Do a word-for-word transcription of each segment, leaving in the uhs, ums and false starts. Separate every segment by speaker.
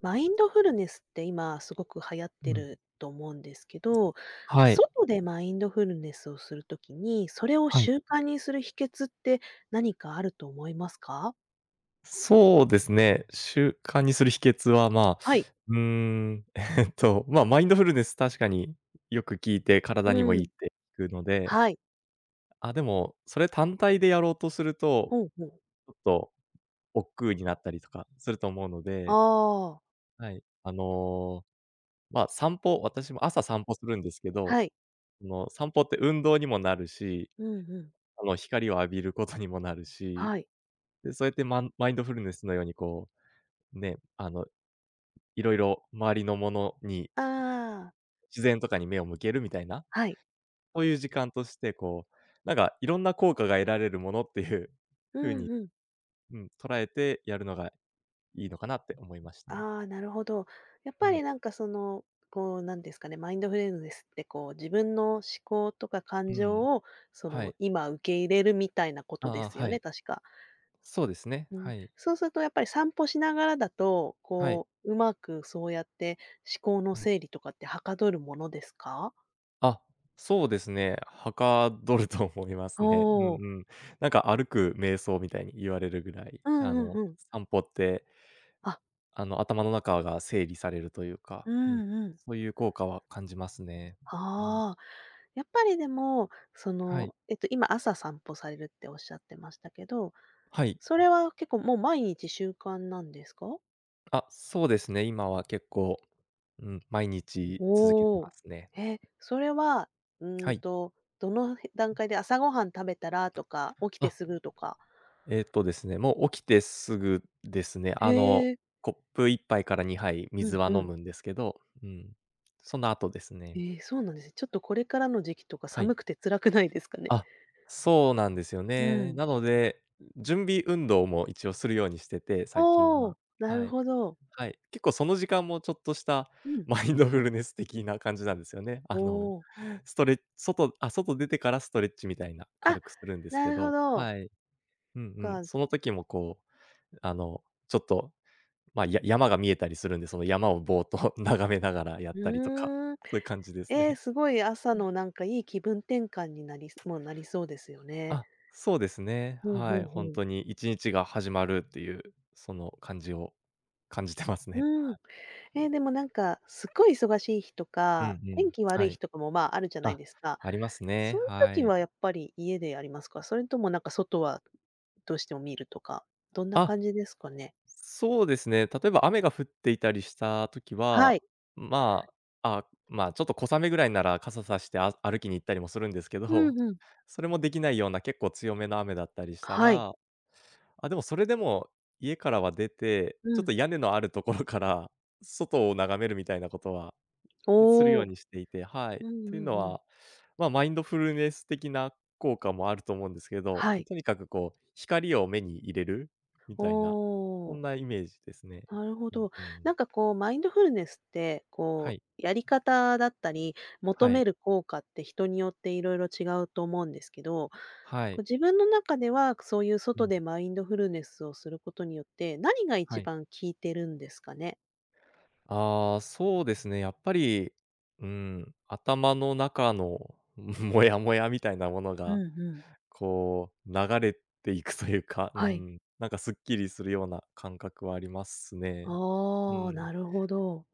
Speaker 1: マインドフルネスって今すごく流行って
Speaker 2: うん。
Speaker 1: ると思うんですけど、
Speaker 2: はい。
Speaker 1: 外でマインドフルネスをするときに、それを
Speaker 2: はい。
Speaker 1: 習慣にする秘訣って何かあると思いますか？
Speaker 2: そうですね。習慣にする秘訣は、まあ、
Speaker 1: はい。
Speaker 2: うーん、えっと、まあ、マインドフルネス確かによく聞いて、体にもい
Speaker 1: う
Speaker 2: いっ
Speaker 1: ん。
Speaker 2: て聞くので、
Speaker 1: はい。
Speaker 2: あ、でも、それ単体でやろうとすると、
Speaker 1: ほうほう。
Speaker 2: ちょっと億劫になったりとかすると思うので、
Speaker 1: ああ、
Speaker 2: はい。あの、まあ、散歩私も朝散歩するんですけど、
Speaker 1: はい。
Speaker 2: あの、散歩って運動にもなるし、
Speaker 1: うんうん。
Speaker 2: あの、光を浴びることにもなるし、
Speaker 1: はい。
Speaker 2: で、そうやってマンマインドフルネスのようにこう、ね、あのいろいろ周りのものに、
Speaker 1: ああ、
Speaker 2: 自然とかに目を向けるみたいな、
Speaker 1: はい。
Speaker 2: そういう時間として、こう、なんかいろんな効果が得られるものっていう
Speaker 1: う
Speaker 2: 風
Speaker 1: ん
Speaker 2: に、
Speaker 1: うん。
Speaker 2: うん、捉えてやるのがいいのかなって思いましたね。
Speaker 1: ああ、なるほど。やっ
Speaker 2: う
Speaker 1: ぱ
Speaker 2: ん。
Speaker 1: りなんかその、こうなんですかね、マインドフルネスってこう自分の思考とか感
Speaker 2: う
Speaker 1: 情
Speaker 2: ん。
Speaker 1: をそ
Speaker 2: は
Speaker 1: の
Speaker 2: い。
Speaker 1: 今受け入れるみたいなことで
Speaker 2: ああ、
Speaker 1: すよ
Speaker 2: は
Speaker 1: ね、
Speaker 2: い。
Speaker 1: 確か。
Speaker 2: そうですね。
Speaker 1: うん。
Speaker 2: はい。
Speaker 1: そうするとやっぱり散歩しながらだと、
Speaker 2: はい。
Speaker 1: こう、うまくそうやって思考の
Speaker 2: うん。
Speaker 1: 整理とかってはかどるものですか？
Speaker 2: あ、そうですね。はかどると思いま
Speaker 1: お
Speaker 2: すね。うん
Speaker 1: おー。
Speaker 2: うん。なんか歩く瞑想みたいに言われるぐらい、
Speaker 1: うん
Speaker 2: あ
Speaker 1: うん
Speaker 2: の、
Speaker 1: うん。
Speaker 2: 散歩って
Speaker 1: あ、
Speaker 2: あの、頭の中が整理されるというか、
Speaker 1: う
Speaker 2: う
Speaker 1: ん
Speaker 2: ん、
Speaker 1: うん。
Speaker 2: そういう効果は感じますね。うん。
Speaker 1: ああ、やっぱりでも、そ
Speaker 2: はい。
Speaker 1: の、えっと、今朝散歩されるっておっしゃってましたけど、
Speaker 2: はい。
Speaker 1: それは結構もう毎日習慣なんですか？
Speaker 2: あ、そうですね、今は結構、うん、毎日続けて
Speaker 1: おお
Speaker 2: ますね。
Speaker 1: ー。え、それは、うー
Speaker 2: は
Speaker 1: ん
Speaker 2: い。
Speaker 1: と、どの段階で朝ごはん食べたらとか、起きて
Speaker 2: あ、
Speaker 1: すぐとか。
Speaker 2: えっとですね、もう起きてすぐですね、
Speaker 1: へ
Speaker 2: あの、
Speaker 1: え、
Speaker 2: コップいっぱいからにはい
Speaker 1: う
Speaker 2: 水
Speaker 1: ん
Speaker 2: は
Speaker 1: う
Speaker 2: 飲
Speaker 1: ん。
Speaker 2: むんですけど、うん、その後です
Speaker 1: え
Speaker 2: ね。
Speaker 1: ーそうなんですね。ちょっとこれからの時期とか
Speaker 2: は
Speaker 1: 寒
Speaker 2: い。
Speaker 1: くて辛くないですかね？
Speaker 2: あ、そうなんですよ
Speaker 1: う
Speaker 2: ね。
Speaker 1: ん。
Speaker 2: なので、準備運動も一応するようにしてて、最近
Speaker 1: お
Speaker 2: は。
Speaker 1: お、なる
Speaker 2: はい。
Speaker 1: ほど。
Speaker 2: はい。結構その時間もちょっとした
Speaker 1: う ん。
Speaker 2: マインドフルネス的な感じなんですよね。
Speaker 1: お
Speaker 2: あの、
Speaker 1: ー
Speaker 2: ストレッ外あ、外出てからストレッチみたいな、
Speaker 1: あ、
Speaker 2: 軽くするんです
Speaker 1: な
Speaker 2: け
Speaker 1: るほ
Speaker 2: ど、
Speaker 1: ど。
Speaker 2: はい。うんうん。
Speaker 1: か。
Speaker 2: その時もこう、あの、ちょっと、ま、や山が見えたりするんで、その山をぼーっと 眺めながらやっ
Speaker 1: う
Speaker 2: たりとか、
Speaker 1: ーん。
Speaker 2: そういう感じです
Speaker 1: ええ、
Speaker 2: ね。
Speaker 1: すごい朝のなんかいい気分転換になりもうなりそうですよね。
Speaker 2: あ、そうですね。
Speaker 1: うんう
Speaker 2: はい。
Speaker 1: ん
Speaker 2: ほん
Speaker 1: うん。
Speaker 2: とにいちにちが始まるっていう、その感じを感じてますね。
Speaker 1: うん。えー、でもなんか、すっごい忙しい日と
Speaker 2: うんう
Speaker 1: か、
Speaker 2: ん。
Speaker 1: 天気悪
Speaker 2: は
Speaker 1: い日
Speaker 2: い。
Speaker 1: とかも、まあ、あるじゃない
Speaker 2: あ、
Speaker 1: ですか。
Speaker 2: あります
Speaker 1: そう
Speaker 2: ね。
Speaker 1: いう
Speaker 2: は
Speaker 1: 時
Speaker 2: い。
Speaker 1: はやっぱり家でやりますか？それともなんか外はどうしても見るとか、どんな
Speaker 2: あ
Speaker 1: 感じですかね？
Speaker 2: そうですね。例えば雨が降っていたりした時
Speaker 1: は
Speaker 2: は、
Speaker 1: い。
Speaker 2: まあ、あ、まあ、ちょっと小雨ぐらいなら傘さして、あ歩きに行ったりもするんですけど、
Speaker 1: う んうん。
Speaker 2: それもできないような結構強めの雨だったりした
Speaker 1: はい。
Speaker 2: ら、あ、でもそれでも家からは出て、
Speaker 1: う
Speaker 2: ちょっ
Speaker 1: ん。
Speaker 2: と屋根のあるところから外を眺めるみたいなことはする
Speaker 1: お
Speaker 2: よう
Speaker 1: お。
Speaker 2: にしていて、は
Speaker 1: うん
Speaker 2: い。
Speaker 1: う
Speaker 2: というの
Speaker 1: んうん。
Speaker 2: は、まあ、マインドフルネス的な効果もあると思うんですけど、
Speaker 1: はい。
Speaker 2: とにかくこう、光を目に入れるみ
Speaker 1: お
Speaker 2: たいな、そん
Speaker 1: お。
Speaker 2: なイメージですね。
Speaker 1: なるほ
Speaker 2: うん
Speaker 1: ど。
Speaker 2: うんう
Speaker 1: な
Speaker 2: ん。
Speaker 1: んかこう、マインドフルネスって、
Speaker 2: は
Speaker 1: こ
Speaker 2: い、
Speaker 1: う、やり方だったり、求
Speaker 2: は
Speaker 1: め
Speaker 2: い、
Speaker 1: る効果って人によっていろいろ違うと思うんですけど、
Speaker 2: は
Speaker 1: こう
Speaker 2: い、
Speaker 1: 自分の中では、そういう
Speaker 2: う
Speaker 1: 外
Speaker 2: ん、
Speaker 1: でマインドフルネスをすることによって、何が
Speaker 2: は
Speaker 1: 一
Speaker 2: い。
Speaker 1: 番効いてるんですかね？
Speaker 2: ああ、そうですね、やっぱり、うん、頭の中の モヤモヤみたいなもの
Speaker 1: うん
Speaker 2: が、
Speaker 1: うん。
Speaker 2: こう流れていくというか、う
Speaker 1: はい。
Speaker 2: ん、なんかすっきりするような感覚はありますね。う
Speaker 1: ああ、
Speaker 2: ん。
Speaker 1: なるほど。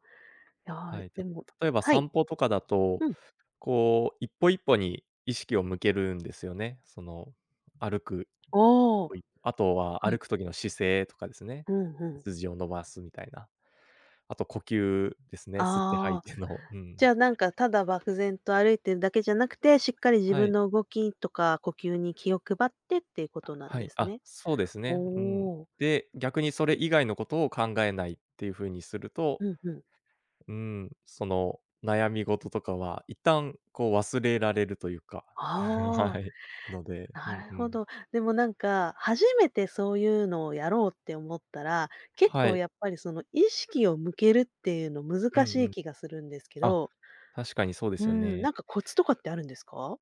Speaker 1: いや
Speaker 2: は
Speaker 1: ー、
Speaker 2: い、
Speaker 1: で
Speaker 2: た
Speaker 1: も
Speaker 2: 例えば
Speaker 1: はい。
Speaker 2: 散歩とかだと、
Speaker 1: うん。
Speaker 2: こう、一歩一歩に意識を向けるんですよね。その、歩く
Speaker 1: あ
Speaker 2: 一
Speaker 1: あ、は
Speaker 2: 歩一歩、あとは歩く
Speaker 1: い。
Speaker 2: 時の姿勢とかですね。
Speaker 1: うんうん。
Speaker 2: 背筋を伸ばすみたいな。あと呼吸ですね、吸って吐い
Speaker 1: ああ。
Speaker 2: ての、う
Speaker 1: じ
Speaker 2: ん。
Speaker 1: ゃあ、なんか、ただ漠然と歩いてるだけじゃなくて、しっかり自
Speaker 2: は
Speaker 1: 分
Speaker 2: い、
Speaker 1: の動きとか呼吸に気を配ってっていうことなん
Speaker 2: は
Speaker 1: で
Speaker 2: い、
Speaker 1: す
Speaker 2: あ、
Speaker 1: ね。
Speaker 2: そうです
Speaker 1: お
Speaker 2: ね、うん。
Speaker 1: お、
Speaker 2: で、逆にそれ以外のことを考えないっていう風にすると、
Speaker 1: うんうん。
Speaker 2: うん、その、悩み事とかは一旦こう忘れられるというか、
Speaker 1: あ
Speaker 2: はい、ので、
Speaker 1: あ、
Speaker 2: う
Speaker 1: な
Speaker 2: ん
Speaker 1: る
Speaker 2: う
Speaker 1: ほ
Speaker 2: ん。
Speaker 1: ど。でもなんか、初めてそういうのをやろうって思ったら、結
Speaker 2: は
Speaker 1: 構
Speaker 2: い。
Speaker 1: やっぱりその意識を向けるっていうの
Speaker 2: うん
Speaker 1: 難
Speaker 2: う
Speaker 1: しい
Speaker 2: ん。
Speaker 1: 気がするんですけ
Speaker 2: あ、
Speaker 1: ど、
Speaker 2: 確かにそうで
Speaker 1: う
Speaker 2: すよ
Speaker 1: ん、な
Speaker 2: ね。
Speaker 1: んかコツとかってあるんですか？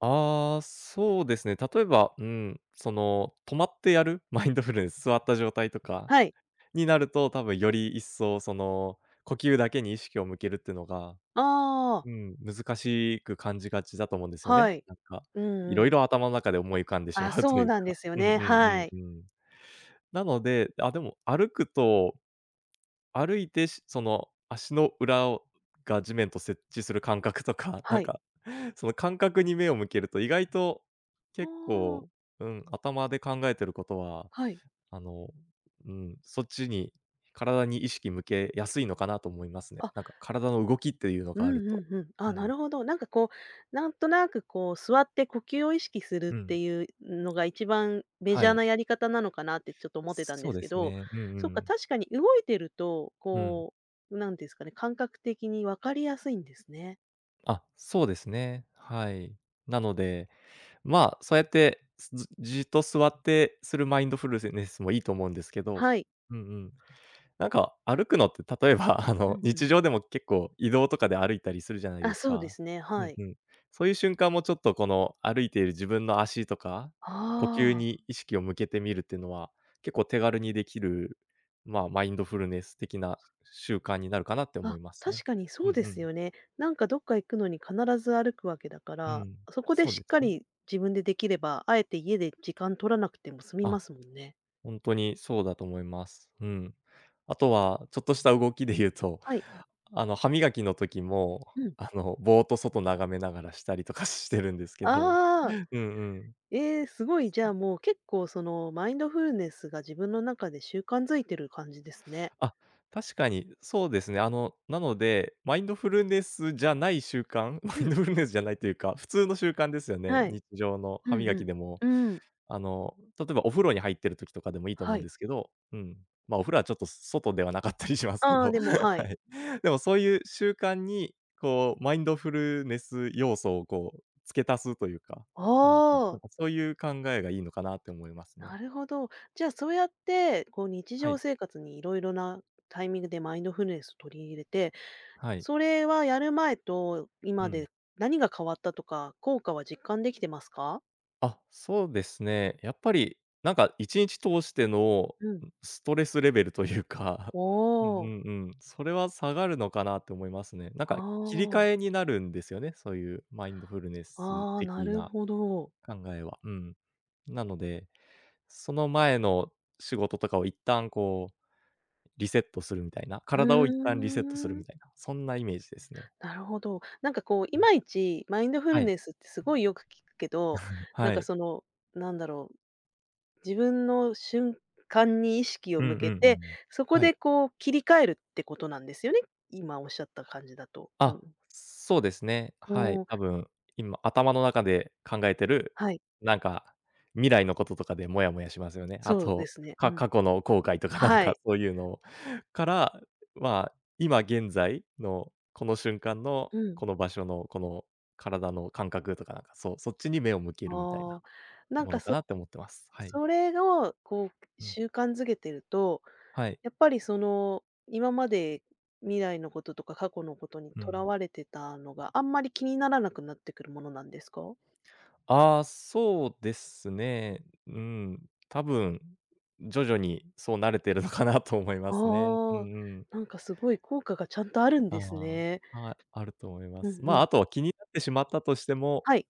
Speaker 2: ああ、そうですね。例えば、うん、その、止まってやる マインドフルネス、座った状態とか
Speaker 1: はい。
Speaker 2: になると、多分より一層その、呼吸だけに意識を向けるっていうのが、
Speaker 1: ああ、
Speaker 2: うん、難しく感じがちだと思うんですよ
Speaker 1: は
Speaker 2: ね。
Speaker 1: い。
Speaker 2: なんか、
Speaker 1: うん
Speaker 2: いろ
Speaker 1: う
Speaker 2: い
Speaker 1: ん。
Speaker 2: ろ頭の中で思い浮かんでし
Speaker 1: あ、
Speaker 2: まうと
Speaker 1: そ
Speaker 2: い
Speaker 1: う
Speaker 2: う
Speaker 1: なんで
Speaker 2: か。
Speaker 1: すよ
Speaker 2: うんう
Speaker 1: ね。は
Speaker 2: ん
Speaker 1: い。
Speaker 2: うんうん。なので、あ、でも歩くと歩いて、しその、足の裏をが地面と接地する感覚とか、な
Speaker 1: は
Speaker 2: ん
Speaker 1: い。
Speaker 2: か、その感覚に目を向けると、意外と
Speaker 1: あ
Speaker 2: 結
Speaker 1: あ、
Speaker 2: 構、うん、頭で考えてることは、
Speaker 1: はい。
Speaker 2: あの、うん、そっちに体に意識向けやすいのかなと思いますね。
Speaker 1: あ、
Speaker 2: なんか体の動きっていうの
Speaker 1: う
Speaker 2: がある
Speaker 1: んう
Speaker 2: と。
Speaker 1: んうん。
Speaker 2: う
Speaker 1: あ、な
Speaker 2: ん、
Speaker 1: るほど。なんかこう、なんとなくこう座って呼吸を意識す
Speaker 2: う
Speaker 1: るって
Speaker 2: ん、
Speaker 1: いうのが一番メジ
Speaker 2: は
Speaker 1: ャー
Speaker 2: い。
Speaker 1: なやり方なのかなってちょっと思ってたんで
Speaker 2: そう
Speaker 1: す
Speaker 2: で
Speaker 1: け
Speaker 2: す
Speaker 1: ど、
Speaker 2: ね。うんう
Speaker 1: そっか、
Speaker 2: ん。
Speaker 1: 確かに動いてると、
Speaker 2: うん。
Speaker 1: こう、なんていうんですかね、感覚的に分かりやすいんですね。
Speaker 2: あ、そうですね。はい。なのでまあ、そうやって、ずじっと座ってするマインドフルネスもいいと思うんですけど、
Speaker 1: はい。
Speaker 2: うんうん。なんか歩くのって、例えば、あ
Speaker 1: う
Speaker 2: の、
Speaker 1: んう
Speaker 2: 日
Speaker 1: ん。
Speaker 2: 常でも結構移動とかで歩いたりするじゃない
Speaker 1: あ、
Speaker 2: です
Speaker 1: そうで
Speaker 2: か。
Speaker 1: すね、
Speaker 2: う
Speaker 1: は
Speaker 2: ん
Speaker 1: い。
Speaker 2: うん。そういう瞬間もちょっとこの歩いている自分の足とか、呼吸
Speaker 1: あ
Speaker 2: に意識を向けてみるっていうのは、結構手軽にできる、まあ、マインドフルネス的な習慣になるかなって
Speaker 1: あ、
Speaker 2: 思
Speaker 1: あ、
Speaker 2: います
Speaker 1: 確
Speaker 2: ね。
Speaker 1: かに
Speaker 2: う
Speaker 1: そう
Speaker 2: ん
Speaker 1: で
Speaker 2: う
Speaker 1: す
Speaker 2: ん。
Speaker 1: よね。なんかどっか行くのに必ず歩くわけだか
Speaker 2: う
Speaker 1: ら、
Speaker 2: ん。
Speaker 1: そこで
Speaker 2: そう
Speaker 1: し
Speaker 2: で
Speaker 1: っ
Speaker 2: す
Speaker 1: か
Speaker 2: ね。
Speaker 1: り自分でできれば、あえて家で時間取らなくても済みま
Speaker 2: あ
Speaker 1: すもんね。
Speaker 2: 本当にそうだと思います。うん。あとは、ちょっとした動きで言うと、
Speaker 1: はい。
Speaker 2: あの、歯磨きの時も、
Speaker 1: うん。
Speaker 2: あの、ぼーっと外眺めながらしたりとか してるんですけど。
Speaker 1: ああ、
Speaker 2: うんうん。
Speaker 1: ええ、すごい、じゃあ、もう結構その、マインドフルネスが自分の中で習慣づいてる感じですね。
Speaker 2: あ、確かにそうですね。あの、なので、マインドフルネスじゃない習慣 マ
Speaker 1: う
Speaker 2: イン
Speaker 1: ん、
Speaker 2: ドフルネスじゃないというか、普通の習慣ですよね、
Speaker 1: はい。
Speaker 2: 日常の。
Speaker 1: う
Speaker 2: 歯
Speaker 1: ん
Speaker 2: 磨
Speaker 1: う
Speaker 2: き
Speaker 1: ん。
Speaker 2: でも
Speaker 1: うーん、
Speaker 2: あの、例えばお風呂に入ってる時とかでもいいと思
Speaker 1: は
Speaker 2: うん
Speaker 1: い。
Speaker 2: ですけど、うん。まあ、お風呂はちょっと外ではなかったりしますけ
Speaker 1: ああ、
Speaker 2: ど、
Speaker 1: でもは
Speaker 2: は
Speaker 1: い。
Speaker 2: い。でもそういう習慣に、こうマインドフルネス要素をこう付け足すというか、
Speaker 1: あ
Speaker 2: うんうん、な
Speaker 1: あ、
Speaker 2: んかそういう考えがいいのかなって思いますね。
Speaker 1: なるほど。じゃあ、そうやって、こう、日
Speaker 2: は
Speaker 1: 常
Speaker 2: い。
Speaker 1: 生活にいろいろなタイミングでマインドフルネスを取り入れて、
Speaker 2: はい。
Speaker 1: それはやる前と
Speaker 2: う
Speaker 1: 今
Speaker 2: ん。
Speaker 1: で何が変わったとか、効果は実感できてますか？
Speaker 2: あ、そうですね。やっぱり、なんかいちにち通しての、
Speaker 1: うん。
Speaker 2: ん、ストレスレベルというか、
Speaker 1: お
Speaker 2: うんう
Speaker 1: お、
Speaker 2: んうん、それは下がるのかなって思いますね。なん
Speaker 1: あ
Speaker 2: か切り替え
Speaker 1: あ。
Speaker 2: になるんですよね、そういうマインドフルネス
Speaker 1: ああ、な
Speaker 2: 的
Speaker 1: る
Speaker 2: な
Speaker 1: ほど。
Speaker 2: 考えは。うん。なので、その前の仕事とかを一旦こうリセットするみたいな、
Speaker 1: う
Speaker 2: 体を一旦リセットす
Speaker 1: ー
Speaker 2: るみ
Speaker 1: ん、
Speaker 2: たいな、そんなイメージですね。
Speaker 1: なるほど。なんかこう、い
Speaker 2: うん。
Speaker 1: まいちマインドフ
Speaker 2: は
Speaker 1: ル
Speaker 2: い。
Speaker 1: ネスってすごいよく聞くけど、なん
Speaker 2: は
Speaker 1: か
Speaker 2: い。
Speaker 1: その、なんだろう、自分の瞬間に意識を
Speaker 2: う
Speaker 1: 向
Speaker 2: んうんうん
Speaker 1: け
Speaker 2: う
Speaker 1: て、
Speaker 2: ん。
Speaker 1: そこ
Speaker 2: はい。
Speaker 1: でこう切り替えるってことなんですよね？今おっしゃった感じだと。う
Speaker 2: あ、
Speaker 1: ん。
Speaker 2: そうですね。
Speaker 1: お
Speaker 2: はい、多
Speaker 1: ー
Speaker 2: 分、今、頭の中で考えてる、
Speaker 1: はい、
Speaker 2: なんか、未来のこととかでモヤモヤしますよね。あ
Speaker 1: そうで
Speaker 2: と、
Speaker 1: すね。う
Speaker 2: か
Speaker 1: ん。
Speaker 2: 過去の後悔とか なん
Speaker 1: は
Speaker 2: か
Speaker 1: い。
Speaker 2: そういうの から、まあ、今現在のこの瞬間の、
Speaker 1: うん。
Speaker 2: この場所の、この体の感覚とかなんか、そう、そっちに目を向けるみたいな
Speaker 1: ああ、なん
Speaker 2: も
Speaker 1: か
Speaker 2: のか
Speaker 1: そ
Speaker 2: なって思ってます。はい。
Speaker 1: それをこう
Speaker 2: うん。
Speaker 1: 習慣づけてると
Speaker 2: はい。
Speaker 1: やっぱりその、今まで未来のこととか過去のことに
Speaker 2: う
Speaker 1: とら
Speaker 2: ん。
Speaker 1: われてたのが、あんまり気にならなくなってくるものなんですか？
Speaker 2: ああ、そうですね。うん、多分、徐々にそうなれてるのかなと思いますね。う
Speaker 1: ああ、
Speaker 2: んうん。
Speaker 1: なんかすごい効果がちゃんとあるんです
Speaker 2: あ
Speaker 1: ね。
Speaker 2: あ、はい、あると思いま
Speaker 1: う
Speaker 2: す。
Speaker 1: んう
Speaker 2: まあ、
Speaker 1: ん。
Speaker 2: あとは気になってしまったとしても、
Speaker 1: はい。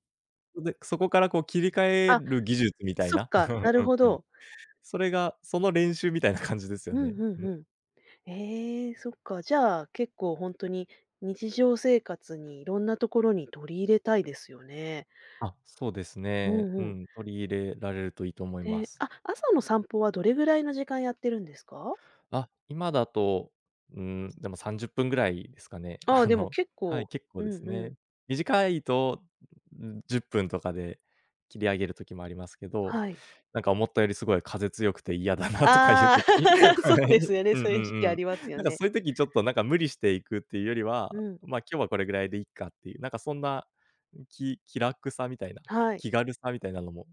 Speaker 2: そで、そこからこう切り替え
Speaker 1: あ、
Speaker 2: る技術みたい
Speaker 1: そっ
Speaker 2: な、
Speaker 1: か、
Speaker 2: うんう
Speaker 1: なる
Speaker 2: ん
Speaker 1: ほ
Speaker 2: うん。
Speaker 1: ど。
Speaker 2: それが、その練習みたいな感じですよ
Speaker 1: うん
Speaker 2: ね。
Speaker 1: う
Speaker 2: う
Speaker 1: ん
Speaker 2: ん。
Speaker 1: うん。ええ、そっか、じゃあ、結構本当に日常生活にいろんなところに取り入れたいですよね。
Speaker 2: あ、そうです
Speaker 1: う
Speaker 2: ね。
Speaker 1: ん
Speaker 2: う
Speaker 1: うん。
Speaker 2: ん、取り入れられるといいと思いま
Speaker 1: で、
Speaker 2: す。
Speaker 1: あ、朝の散歩はどれぐらいの時間やってるんですか？
Speaker 2: あ、今だと、うん、でもさんじゅっぷんぐらいですかね。
Speaker 1: ああ、
Speaker 2: あ
Speaker 1: でも
Speaker 2: の、
Speaker 1: 結
Speaker 2: はい、
Speaker 1: 構
Speaker 2: 結構
Speaker 1: う
Speaker 2: で
Speaker 1: ん
Speaker 2: す
Speaker 1: うん。
Speaker 2: ね。短いと、うじゅっぷんとかで切り上げる時もありますけど、
Speaker 1: はい。
Speaker 2: なんか思ったよりすごい風強くて嫌だなとかいう
Speaker 1: ああ、
Speaker 2: 時。 は
Speaker 1: そうです
Speaker 2: い。
Speaker 1: よね。
Speaker 2: うん
Speaker 1: そうい
Speaker 2: う
Speaker 1: う
Speaker 2: ん
Speaker 1: 時期
Speaker 2: う
Speaker 1: あ
Speaker 2: ん。
Speaker 1: りますよ
Speaker 2: なんか
Speaker 1: ね。
Speaker 2: そういう時ちょっとなんか無理していくっていうより
Speaker 1: う
Speaker 2: は、
Speaker 1: ん。
Speaker 2: ま、今日はこれぐらいでいいかっていう、なんかそんな、き気楽さみたいな、
Speaker 1: はい。
Speaker 2: 気軽さみたいなのも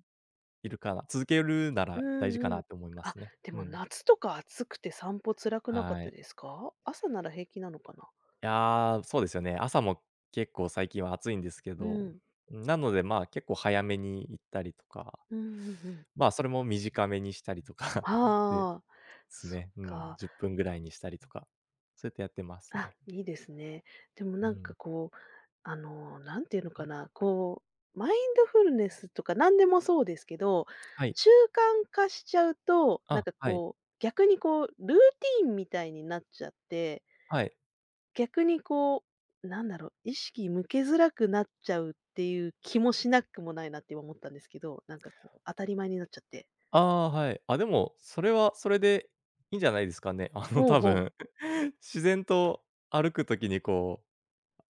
Speaker 2: いるかな、続けるな
Speaker 1: う
Speaker 2: ら大事か
Speaker 1: んう
Speaker 2: な
Speaker 1: ん。
Speaker 2: って思いま
Speaker 1: あ、
Speaker 2: すね。
Speaker 1: で
Speaker 2: う
Speaker 1: も
Speaker 2: ん。
Speaker 1: 夏とか暑くて散歩辛くなかっ
Speaker 2: は
Speaker 1: た
Speaker 2: い。
Speaker 1: ですか？朝なら平気なのかな？
Speaker 2: いやー、そうですよね。朝も結構最近は暑いんですけ
Speaker 1: う
Speaker 2: ど、
Speaker 1: ん。
Speaker 2: なので、まあ、結構早めに行ったりとか、
Speaker 1: うんうんうん。
Speaker 2: まあ、それも短めにしたりとか。 で
Speaker 1: ああ、
Speaker 2: す
Speaker 1: そっ
Speaker 2: ね。うん、
Speaker 1: か。
Speaker 2: じゅっぷんぐらいにしたりとか、そうやってやってます
Speaker 1: あ、
Speaker 2: ね。
Speaker 1: いいですね。でも
Speaker 2: う
Speaker 1: なんか
Speaker 2: ん。
Speaker 1: こう、あの、なんていうのかな、こう、マインドフルネスとか何でもそうですけど、
Speaker 2: はい。
Speaker 1: 習慣化しちゃうと、なん
Speaker 2: あ、
Speaker 1: か
Speaker 2: はい。
Speaker 1: こう、逆にこう、ルーティンみたいになっちゃって、
Speaker 2: はい。
Speaker 1: 逆にこう、なんだろう、意識向けづらくなっちゃうっていう気もしなくもないなって今思ったんですけど、なんかこう、当たり前になっちゃって。
Speaker 2: ああ、はい。あ、でも、それはそれでいいんじゃないですかね。あの、
Speaker 1: ほう
Speaker 2: 多
Speaker 1: ほう。
Speaker 2: 分 自然と歩くときにこ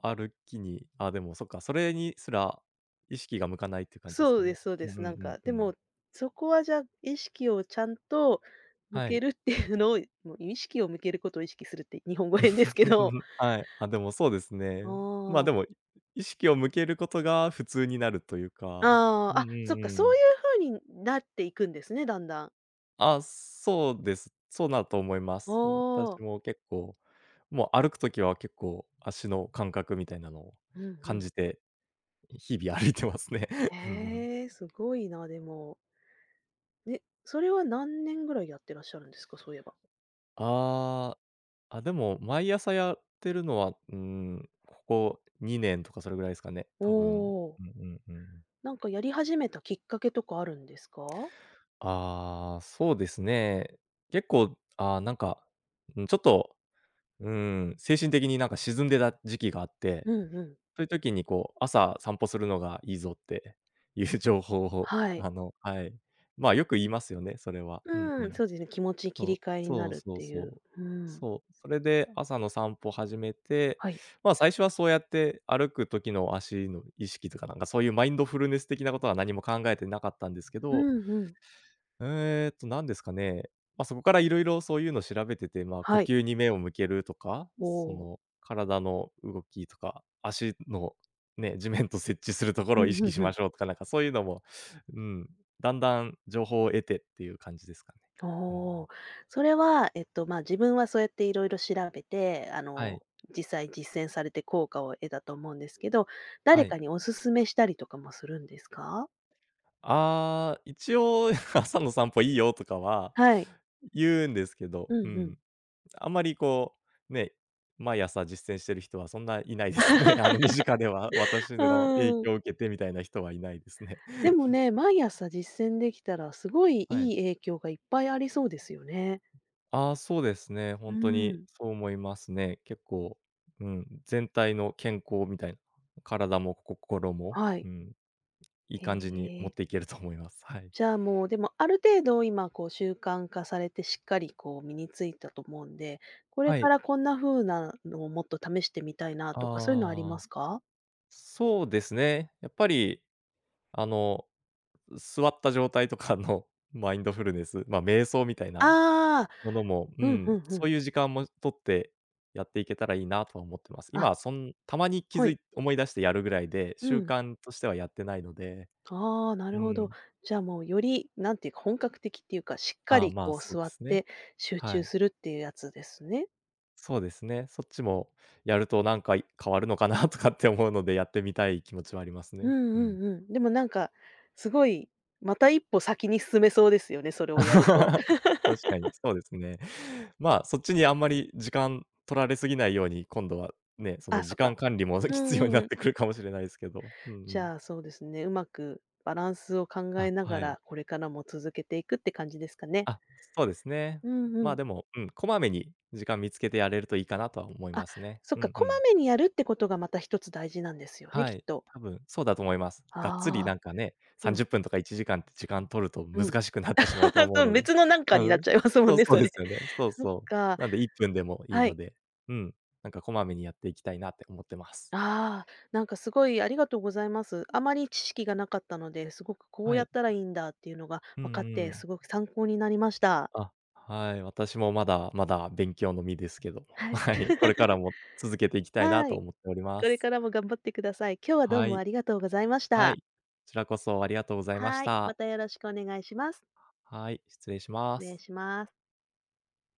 Speaker 2: う歩きに、あ、でもそっか、それにすら意識が向かないっていう感じです
Speaker 1: そ
Speaker 2: か
Speaker 1: うで
Speaker 2: ね？
Speaker 1: すそう
Speaker 2: う
Speaker 1: で
Speaker 2: んうん
Speaker 1: す。なん
Speaker 2: うん
Speaker 1: か、
Speaker 2: う
Speaker 1: で
Speaker 2: ん。
Speaker 1: も、そこはじゃあ、意識をちゃんと向
Speaker 2: は
Speaker 1: け
Speaker 2: い。
Speaker 1: るっていうのを、もう意識を向けることを意識するって日本語変ですけど。
Speaker 2: はい、あ、でもそうですね。
Speaker 1: あ
Speaker 2: ま、
Speaker 1: あ、
Speaker 2: でも、い意識を向けることが普通になるというか。
Speaker 1: あ
Speaker 2: うん
Speaker 1: あ、
Speaker 2: うん
Speaker 1: あ、そっか、
Speaker 2: う
Speaker 1: そう
Speaker 2: ん。
Speaker 1: いう風になっていくんですね、だんだん。
Speaker 2: あ、そうです。そうだと思いま
Speaker 1: あ
Speaker 2: す。私
Speaker 1: あ、
Speaker 2: も結構、もう歩くときは結構足の感覚みたいなのを
Speaker 1: うんう
Speaker 2: 感
Speaker 1: ん。
Speaker 2: じて、日々歩いてますね。うんうん。
Speaker 1: ええ、すごいな、でも。え、それは何年ぐらいやってらっしゃるんですか？そういえば。
Speaker 2: ああ、あ、でも、毎朝やってるのは、うーん、ここにねんとかそれぐらいですかね、
Speaker 1: お
Speaker 2: 多分。
Speaker 1: お、
Speaker 2: うんうんうん。
Speaker 1: なんかやり始めたきっかけとかあるんですか？
Speaker 2: ああ、そうですね。結構、ああ、なんか、うん、ちょっと、うーん、精神的になんか沈んでた時期があって、
Speaker 1: うんうん。
Speaker 2: そういう時にこう、朝散歩するのがいいぞっていう情報を、
Speaker 1: はい。
Speaker 2: あの、はい。まあ、よく言いますよね、それは。うんう
Speaker 1: うん、
Speaker 2: ん。
Speaker 1: そうですね、気持ち切
Speaker 2: そ
Speaker 1: り
Speaker 2: う、
Speaker 1: 替えにな
Speaker 2: そう
Speaker 1: るっ
Speaker 2: そう
Speaker 1: てい
Speaker 2: そ
Speaker 1: う。
Speaker 2: う。
Speaker 1: うん。
Speaker 2: そう、それで朝の散歩始めて、
Speaker 1: はい。
Speaker 2: ま、最初はそうやって歩く時の足の意識とか、なんかそういうマインドフルネス的なことは何も考えてなかったんですけ
Speaker 1: う
Speaker 2: ど、
Speaker 1: んうん。
Speaker 2: えっと何ですかね、ま、そこからいろいろそういうの調べてて、ま、呼
Speaker 1: はい。
Speaker 2: 吸に目を向けるとか、
Speaker 1: お
Speaker 2: そ
Speaker 1: お。
Speaker 2: の体の動きとか、足のね、地面と接地するとこ
Speaker 1: う
Speaker 2: ろを意
Speaker 1: んう
Speaker 2: 識
Speaker 1: ん
Speaker 2: し
Speaker 1: う
Speaker 2: ま
Speaker 1: ん。
Speaker 2: しょうとか、なんかそういうのも、うん、だんだん情報を得てっていう感じですかね。うん。
Speaker 1: おお。それは、えっと、まあ、自分はそうやっていろいろ調べて、あ
Speaker 2: は
Speaker 1: の、
Speaker 2: い、
Speaker 1: 実際実践されて効果を得たと思うんですけど、
Speaker 2: は
Speaker 1: 誰か
Speaker 2: い。
Speaker 1: におすすめしたりとかもするんですか？
Speaker 2: ああ、一応 朝の散歩いいよとかは
Speaker 1: はい。
Speaker 2: 言うんですけ
Speaker 1: う
Speaker 2: ど、う
Speaker 1: んうん。
Speaker 2: ん。あんまりこう、ね、毎朝実践してる人はそんないないですね。あの、身近では、私
Speaker 1: う
Speaker 2: の影
Speaker 1: ん。
Speaker 2: 響を受けてみたいな人はいないですね。
Speaker 1: でも ね、毎朝実践できたらすごい
Speaker 2: は
Speaker 1: い
Speaker 2: い。
Speaker 1: い影響がいっぱいありそうですよね。
Speaker 2: ああ、そうですね。
Speaker 1: う
Speaker 2: 本当に
Speaker 1: ん。
Speaker 2: そう思いますね。結構、うん、全体の健康みたいな、体も心も、
Speaker 1: は
Speaker 2: う
Speaker 1: い。
Speaker 2: ん、いい
Speaker 1: へ
Speaker 2: 感じに持っ
Speaker 1: え。
Speaker 2: ていけると思います。はい。
Speaker 1: じゃあもう、でもある程度今こう習慣化されてしっかりこう身についたと思うんで、これ
Speaker 2: は
Speaker 1: か
Speaker 2: い。
Speaker 1: らこんな風なのをもっと試してみたいなとかそういうのありま
Speaker 2: ああ、
Speaker 1: すか？
Speaker 2: そうですね。やっぱりあの、座った状態とかの マインドフルネス、まあ、瞑想みたいな
Speaker 1: ああ、
Speaker 2: ものも、う
Speaker 1: うんうん
Speaker 2: ん、
Speaker 1: う
Speaker 2: そ
Speaker 1: ん。
Speaker 2: ういう時間も取ってやっていけたらいいなとは思ってます。
Speaker 1: あ、
Speaker 2: 今はそん、たまに気
Speaker 1: は
Speaker 2: づ
Speaker 1: い。
Speaker 2: い思い出してやるぐらいで、
Speaker 1: う
Speaker 2: 習
Speaker 1: ん。
Speaker 2: 慣としてはやってないので、
Speaker 1: ああ、なる
Speaker 2: う
Speaker 1: ほど。
Speaker 2: ん。
Speaker 1: じゃあもうより、なんていうか、本格的っていうか、しっか
Speaker 2: ああ、
Speaker 1: り
Speaker 2: まあ、
Speaker 1: こう
Speaker 2: そう
Speaker 1: 座
Speaker 2: で
Speaker 1: っ
Speaker 2: すね。
Speaker 1: て集
Speaker 2: は
Speaker 1: 中
Speaker 2: い。
Speaker 1: するっていうやつですね。
Speaker 2: そうですね。そっちもやるとなんかい変わるのかなとかって思うので、やってみたい気持ちはあります
Speaker 1: うん
Speaker 2: ね。うん。
Speaker 1: うんうん。でもなんか、すごい、また一歩先に進めそうですよね、それをやると。
Speaker 2: 確かに、そうですね。まあ、そっちにあんまり時間取られすぎないように、今度はね、そ
Speaker 1: あ、
Speaker 2: の
Speaker 1: そ
Speaker 2: 時
Speaker 1: っか。
Speaker 2: 間管理も
Speaker 1: うん
Speaker 2: 必要
Speaker 1: う
Speaker 2: に
Speaker 1: ん
Speaker 2: な
Speaker 1: う
Speaker 2: っ
Speaker 1: ん。
Speaker 2: てくるかもしれないですけど。うんう
Speaker 1: じ
Speaker 2: ん。
Speaker 1: ゃあ、そうですね、うまくバランスを考え
Speaker 2: あ、
Speaker 1: なが
Speaker 2: はい。
Speaker 1: ら、これからも続けていくって感じですかね。
Speaker 2: あ、そうですね。
Speaker 1: うんう
Speaker 2: まあ、
Speaker 1: ん。
Speaker 2: でも、うん、こまめに時間見つけてやれるといいかなとは思い
Speaker 1: あ、
Speaker 2: ますね。
Speaker 1: そっ
Speaker 2: う
Speaker 1: か、
Speaker 2: ん
Speaker 1: こ
Speaker 2: う
Speaker 1: ま
Speaker 2: ん。
Speaker 1: めにやるってことがまた一つ大事なんですよね、
Speaker 2: は
Speaker 1: きっ
Speaker 2: い、
Speaker 1: と。
Speaker 2: 多分そうだと思います。がっつり
Speaker 1: ああ、
Speaker 2: なんかね、
Speaker 1: うん、
Speaker 2: さんじゅっぷんとかいちじかんって時間取ると
Speaker 1: うん。
Speaker 2: 難しくなってしまうと 思う
Speaker 1: そう、
Speaker 2: ので。
Speaker 1: 別のなん かに
Speaker 2: う
Speaker 1: なっ
Speaker 2: ん。
Speaker 1: ちゃいますもん
Speaker 2: そう
Speaker 1: ね、
Speaker 2: そう
Speaker 1: そ
Speaker 2: で
Speaker 1: れ。
Speaker 2: すよ ね。そう
Speaker 1: そっ
Speaker 2: そ
Speaker 1: か、
Speaker 2: う。なんでいっぷんでもいい
Speaker 1: は
Speaker 2: の
Speaker 1: い。
Speaker 2: で、うん、なんかこまめにやっていきたいなって思ってます。
Speaker 1: ああ、なんかすごいありがとうございます。あまり知識がなかったので、すごくこう
Speaker 2: は
Speaker 1: やっ
Speaker 2: い。
Speaker 1: たらいいんだっていうのが
Speaker 2: うん
Speaker 1: 分かっ
Speaker 2: う
Speaker 1: て、す
Speaker 2: ん。
Speaker 1: ごく参考になりました。
Speaker 2: あ、はい、私もまだまだ勉強の身ですけども、
Speaker 1: はい。
Speaker 2: はい、これから も続けていきたいな
Speaker 1: は
Speaker 2: と
Speaker 1: い。
Speaker 2: 思っておりま
Speaker 1: これか
Speaker 2: す。
Speaker 1: らも頑張ってください。今日はどう
Speaker 2: は
Speaker 1: もあ
Speaker 2: い、
Speaker 1: りがとうございまし
Speaker 2: はい。
Speaker 1: た。
Speaker 2: こちらこそありがとうございまし
Speaker 1: はい。ま
Speaker 2: た。
Speaker 1: たよろしくお願いします。
Speaker 2: はい、失礼し
Speaker 1: 失
Speaker 2: ま
Speaker 1: 礼
Speaker 2: す。
Speaker 1: します。